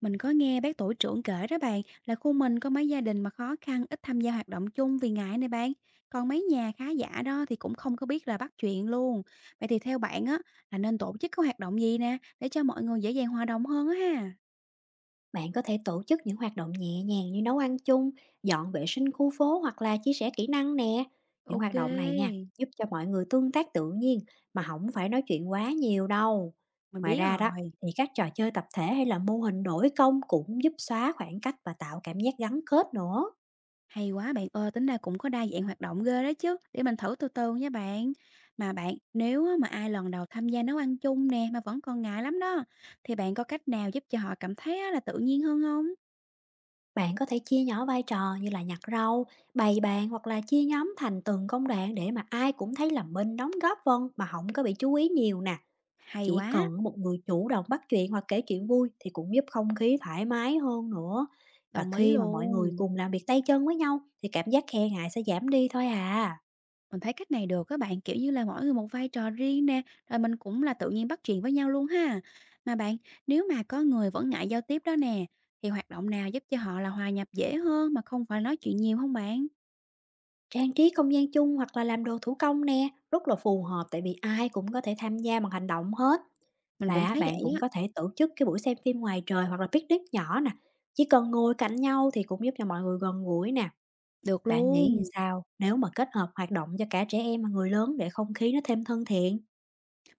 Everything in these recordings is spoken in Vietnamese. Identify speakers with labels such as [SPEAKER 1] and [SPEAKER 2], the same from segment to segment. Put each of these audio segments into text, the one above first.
[SPEAKER 1] Mình có nghe bác tổ trưởng kể đó bạn là khu mình có mấy gia đình mà khó khăn ít tham gia hoạt động chung vì ngại này bạn. Còn mấy nhà khá giả đó thì cũng không có biết là bắt chuyện luôn. Vậy thì theo bạn á là nên tổ chức cái hoạt động gì nè để cho mọi người dễ dàng hòa đồng hơn á ha.
[SPEAKER 2] Bạn có thể tổ chức những hoạt động nhẹ nhàng như nấu ăn chung, dọn vệ sinh khu phố hoặc là chia sẻ kỹ năng nè. Những
[SPEAKER 1] Ok.
[SPEAKER 2] hoạt động này nha, giúp cho mọi người tương tác tự nhiên mà không phải nói chuyện quá nhiều đâu.
[SPEAKER 1] Mình
[SPEAKER 2] Ngoài
[SPEAKER 1] biết
[SPEAKER 2] ra đó,
[SPEAKER 1] rồi.
[SPEAKER 2] thì các trò chơi tập thể hay là mô hình đổi công cũng giúp xóa khoảng cách và tạo cảm giác gắn kết nữa.
[SPEAKER 1] Hay quá bạn ơi, tính ra cũng có đa dạng hoạt động ghê đó chứ. Để mình thử từ từ nha bạn. Mà bạn, nếu á mà ai lần đầu tham gia nấu ăn chung nè mà vẫn còn ngại lắm đó, thì bạn có cách nào giúp cho họ cảm thấy á là tự nhiên hơn không?
[SPEAKER 2] Bạn có thể chia nhỏ vai trò như là nhặt rau, bày bàn hoặc là chia nhóm thành từng công đoạn để mà ai cũng thấy là mình đóng góp vân mà không có bị chú ý nhiều nè.
[SPEAKER 1] Hay
[SPEAKER 2] Chỉ
[SPEAKER 1] quá.
[SPEAKER 2] cần một người chủ động bắt chuyện hoặc kể chuyện vui thì cũng giúp không khí thoải mái hơn nữa. Và
[SPEAKER 1] Đồng ý
[SPEAKER 2] khi mà mọi người
[SPEAKER 1] luôn.
[SPEAKER 2] cùng làm việc tay chân với nhau thì cảm giác e ngại sẽ giảm đi thôi à.
[SPEAKER 1] Mình thấy cách này được các bạn, kiểu như là, mỗi người một vai trò riêng nè, rồi mình cũng là tự nhiên bắt chuyện với nhau luôn ha. Mà bạn, nếu mà có người vẫn ngại giao tiếp đó nè, thì hoạt động nào giúp cho họ là hòa nhập dễ hơn mà không phải nói chuyện nhiều không bạn?
[SPEAKER 2] Trang trí không gian chung hoặc là làm đồ thủ công nè, rất là phù hợp tại vì ai cũng có thể tham gia bằng hành động hết.
[SPEAKER 1] Mình cũng
[SPEAKER 2] Và
[SPEAKER 1] thấy
[SPEAKER 2] bạn
[SPEAKER 1] vậy
[SPEAKER 2] cũng
[SPEAKER 1] á.
[SPEAKER 2] có thể tổ chức cái buổi xem phim ngoài trời hoặc là picnic nhỏ nè. Chỉ cần ngồi cạnh nhau thì cũng giúp cho mọi người gần gũi nè.
[SPEAKER 1] Được
[SPEAKER 2] Bạn nghĩ như
[SPEAKER 1] luôn.
[SPEAKER 2] sao nếu mà kết hợp hoạt động cho cả trẻ em và người lớn để không khí nó thêm thân thiện?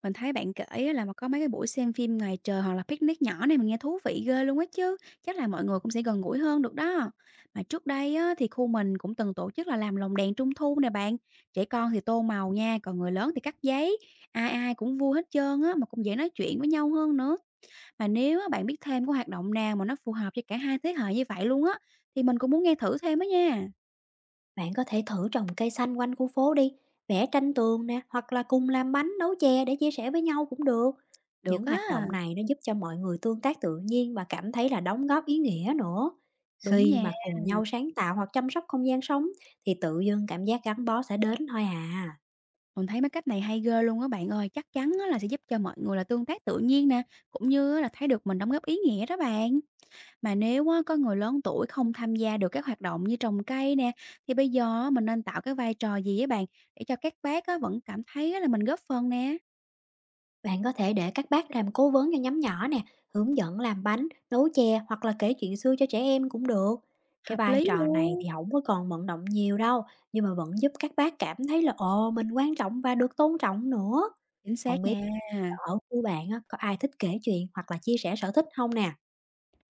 [SPEAKER 1] Mình thấy bạn kể á là mà có mấy cái buổi xem phim ngoài trời hoặc là picnic nhỏ này mình nghe thú vị ghê luôn á chứ. Chắc là mọi người cũng sẽ gần gũi hơn được đó. Mà trước đây á, thì khu mình cũng từng tổ chức là làm lồng đèn trung thu nè bạn. Trẻ con thì tô màu nha, còn người lớn thì cắt giấy. Ai ai cũng vui hết trơn á, mà cũng dễ nói chuyện với nhau hơn nữa. Mà nếu á, bạn biết thêm có hoạt động nào mà nó phù hợp cho cả hai thế hệ như vậy luôn á, thì mình cũng muốn nghe thử thêm á nha.
[SPEAKER 2] Bạn có thể thử trồng cây xanh quanh khu phố đi, vẽ tranh tường nè, hoặc là cùng làm bánh, nấu chè để chia sẻ với nhau cũng được.
[SPEAKER 1] Được
[SPEAKER 2] Những
[SPEAKER 1] á.
[SPEAKER 2] hoạt động này nó giúp cho mọi người tương tác tự nhiên và cảm thấy là đóng góp ý nghĩa nữa.
[SPEAKER 1] Đúng
[SPEAKER 2] Khi
[SPEAKER 1] nha.
[SPEAKER 2] mà cùng nhau sáng tạo hoặc chăm sóc không gian sống thì tự dưng cảm giác gắn bó sẽ đến thôi à.
[SPEAKER 1] Mình thấy mấy cách này hay ghê luôn á bạn ơi, chắc chắn á là sẽ giúp cho mọi người là tương tác tự nhiên nè, cũng như á là thấy được mình đóng góp ý nghĩa đó bạn. Mà nếu á có người lớn tuổi không tham gia được các hoạt động như trồng cây nè, thì bây giờ á mình nên tạo cái vai trò gì á bạn để cho các bác á vẫn cảm thấy á là mình góp phần nè.
[SPEAKER 2] Bạn có thể để các bác làm cố vấn cho nhóm nhỏ nè, hướng dẫn làm bánh, nấu chè hoặc là kể chuyện xưa cho trẻ em cũng được. Cái
[SPEAKER 1] Hợp
[SPEAKER 2] vai
[SPEAKER 1] lý
[SPEAKER 2] trò này
[SPEAKER 1] luôn.
[SPEAKER 2] thì không có còn vận động nhiều đâu, nhưng mà vẫn giúp các bác cảm thấy là ồ mình quan trọng và được tôn trọng nữa.
[SPEAKER 1] Chính xác
[SPEAKER 2] Không biết là
[SPEAKER 1] nha.
[SPEAKER 2] ở khu bạn á, có ai thích kể chuyện hoặc là chia sẻ sở thích không nè?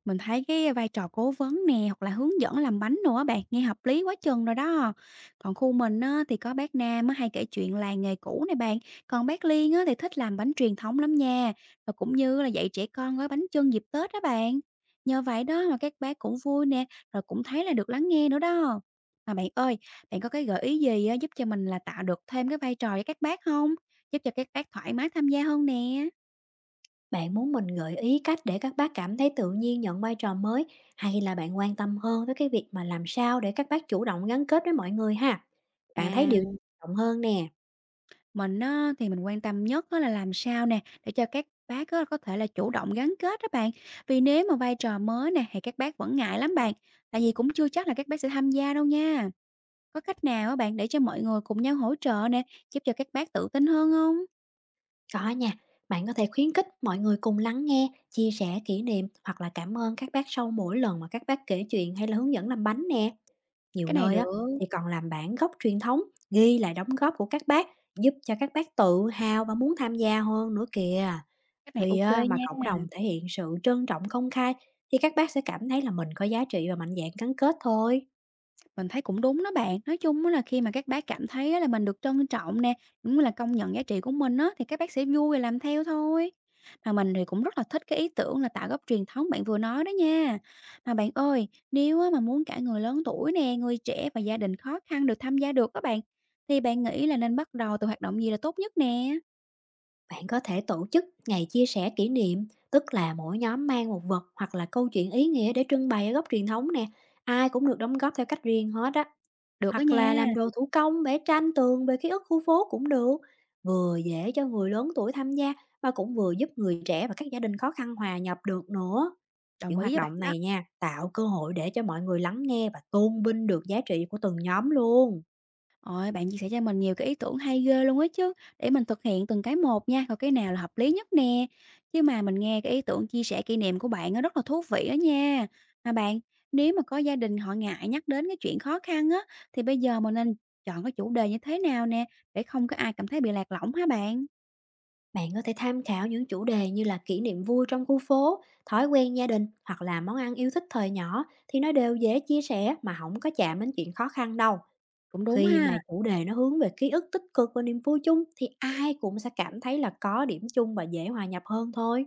[SPEAKER 1] Mình thấy cái vai trò cố vấn nè, hoặc là hướng dẫn làm bánh nữa á bạn, nghe hợp lý quá chừng rồi đó. Còn khu mình á, thì có bác Nam á, hay kể chuyện làng nghề cũ này bạn, còn bác Liên á, thì thích làm bánh truyền thống lắm nha, và cũng như là dạy trẻ con gói bánh chưng dịp Tết đó bạn. Nhờ vậy đó mà các bác cũng vui nè, rồi cũng thấy là được lắng nghe nữa đó. Mà bạn ơi, bạn có cái gợi ý gì á, giúp cho mình là tạo được thêm cái vai trò cho các bác không? Giúp cho các bác thoải mái tham gia hơn nè.
[SPEAKER 2] Bạn muốn mình gợi ý cách để các bác cảm thấy tự nhiên nhận vai trò mới hay là bạn quan tâm hơn tới cái việc mà làm sao để các bác chủ động gắn kết với mọi người ha? Bạn thấy điều gì
[SPEAKER 1] À,
[SPEAKER 2] quan trọng hơn nè?
[SPEAKER 1] mình á, thì mình quan tâm nhất á là làm sao nè, để cho các bác á, có thể là chủ động gắn kết đó bạn. Vì nếu mà vai trò mới nè, thì các bác vẫn ngại lắm bạn. Tại vì cũng chưa chắc là các bác sẽ tham gia đâu nha. Có cách nào á bạn để cho mọi người cùng nhau hỗ trợ nè, giúp cho các bác tự tin hơn không?
[SPEAKER 2] Có nha, bạn có thể khuyến khích mọi người cùng lắng nghe, chia sẻ kỷ niệm hoặc là cảm ơn các bác sau mỗi lần mà các bác kể chuyện hay là hướng dẫn làm bánh nè. Nhiều
[SPEAKER 1] Cái này
[SPEAKER 2] nơi á
[SPEAKER 1] được,
[SPEAKER 2] thì còn làm bản gốc truyền thống, ghi lại đóng góp của các bác, giúp cho các bác tự hào và muốn tham gia hơn nữa kìa.
[SPEAKER 1] cách này
[SPEAKER 2] Thì
[SPEAKER 1] ok
[SPEAKER 2] á, mà cộng
[SPEAKER 1] nha.
[SPEAKER 2] đồng thể hiện sự trân trọng công khai thì các bác sẽ cảm thấy là mình có giá trị và mạnh dạn gắn kết thôi.
[SPEAKER 1] Mình thấy cũng đúng đó bạn. Nói chung á là khi mà các bác cảm thấy á là mình được trân trọng nè, cũng như là công nhận giá trị của mình á, thì các bác sẽ vui và làm theo thôi. Mà mình thì cũng rất là thích cái ý tưởng là tạo góc truyền thống bạn vừa nói đó nha. Mà bạn ơi, nếu á mà muốn cả người lớn tuổi nè, người trẻ và gia đình khó khăn được tham gia được các bạn, thì bạn nghĩ là nên bắt đầu từ hoạt động gì là tốt nhất nè?
[SPEAKER 2] Bạn có thể tổ chức ngày chia sẻ kỷ niệm, tức là mỗi nhóm mang một vật hoặc là câu chuyện ý nghĩa để trưng bày ở góc truyền thống nè. Ai cũng được đóng góp theo cách riêng hết á.
[SPEAKER 1] Được đó
[SPEAKER 2] Hoặc là
[SPEAKER 1] nha.
[SPEAKER 2] làm đồ thủ công, vẽ tranh tường về ký ức khu phố cũng được. Vừa dễ cho người lớn tuổi tham gia mà cũng vừa giúp người trẻ và các gia đình khó khăn hòa nhập được nữa.
[SPEAKER 1] Đồng
[SPEAKER 2] Những
[SPEAKER 1] ý
[SPEAKER 2] hoạt
[SPEAKER 1] với bạn
[SPEAKER 2] động
[SPEAKER 1] đó.
[SPEAKER 2] này nha, tạo cơ hội để cho mọi người lắng nghe và tôn vinh được giá trị của từng nhóm luôn.
[SPEAKER 1] Ôi, bạn chia sẻ cho mình nhiều cái ý tưởng hay ghê luôn á chứ, để mình thực hiện từng cái một nha, coi cái nào là hợp lý nhất nè. Chứ mà mình nghe cái ý tưởng chia sẻ kỷ niệm của bạn nó rất là thú vị đó nha. Mà bạn, nếu mà có gia đình họ ngại nhắc đến cái chuyện khó khăn á, thì bây giờ mình nên chọn cái chủ đề như thế nào nè, để không có ai cảm thấy bị lạc lõng hả bạn?
[SPEAKER 2] Bạn có thể tham khảo những chủ đề như là kỷ niệm vui trong khu phố, thói quen gia đình hoặc là món ăn yêu thích thời nhỏ thì nó đều dễ chia sẻ mà không có chạm đến chuyện khó khăn đâu.
[SPEAKER 1] Cũng đúng
[SPEAKER 2] Khi
[SPEAKER 1] ha.
[SPEAKER 2] mà chủ đề nó hướng về ký ức tích cực và niềm vui chung thì ai cũng sẽ cảm thấy là có điểm chung và dễ hòa nhập hơn thôi.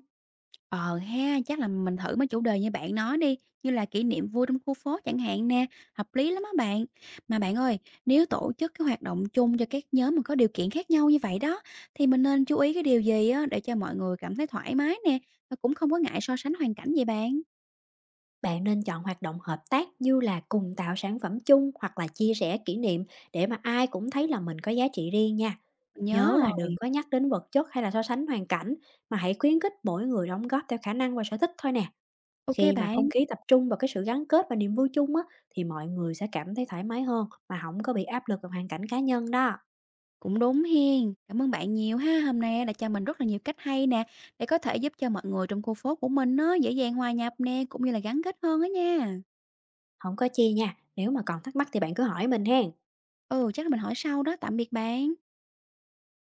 [SPEAKER 1] Ờ ha, chắc là mình thử mấy chủ đề như bạn nói đi, như là kỷ niệm vui trong khu phố chẳng hạn nè, hợp lý lắm á bạn. Mà bạn ơi, nếu tổ chức cái hoạt động chung cho các nhóm mà có điều kiện khác nhau như vậy đó, thì mình nên chú ý cái điều gì á để cho mọi người cảm thấy thoải mái nè, và cũng không có ngại so sánh hoàn cảnh vậy bạn.
[SPEAKER 2] Bạn nên chọn hoạt động hợp tác như là cùng tạo sản phẩm chung hoặc là chia sẻ kỷ niệm để mà ai cũng thấy là mình có giá trị riêng nha.
[SPEAKER 1] Mình nhớ
[SPEAKER 2] Nhớ là
[SPEAKER 1] rồi.
[SPEAKER 2] đừng có nhắc đến vật chất hay là so sánh hoàn cảnh mà hãy khuyến khích mỗi người đóng góp theo khả năng và sở thích thôi nè.
[SPEAKER 1] Ok
[SPEAKER 2] Khi mà không
[SPEAKER 1] bạn,
[SPEAKER 2] khí tập trung vào cái sự gắn kết và niềm vui chung á, thì mọi người sẽ cảm thấy thoải mái hơn mà không có bị áp lực vào hoàn cảnh cá nhân đó.
[SPEAKER 1] cũng đúng hiên. Cảm ơn bạn nhiều ha, hôm nay đã cho mình rất là nhiều cách hay nè, để có thể giúp cho mọi người trong khu phố của mình nó dễ dàng hòa nhập nè, cũng như là gắn kết hơn á nha.
[SPEAKER 2] Không có chi nha, nếu mà còn thắc mắc thì bạn cứ hỏi mình hen.
[SPEAKER 1] Ừ, chắc là mình hỏi sau đó, tạm biệt bạn.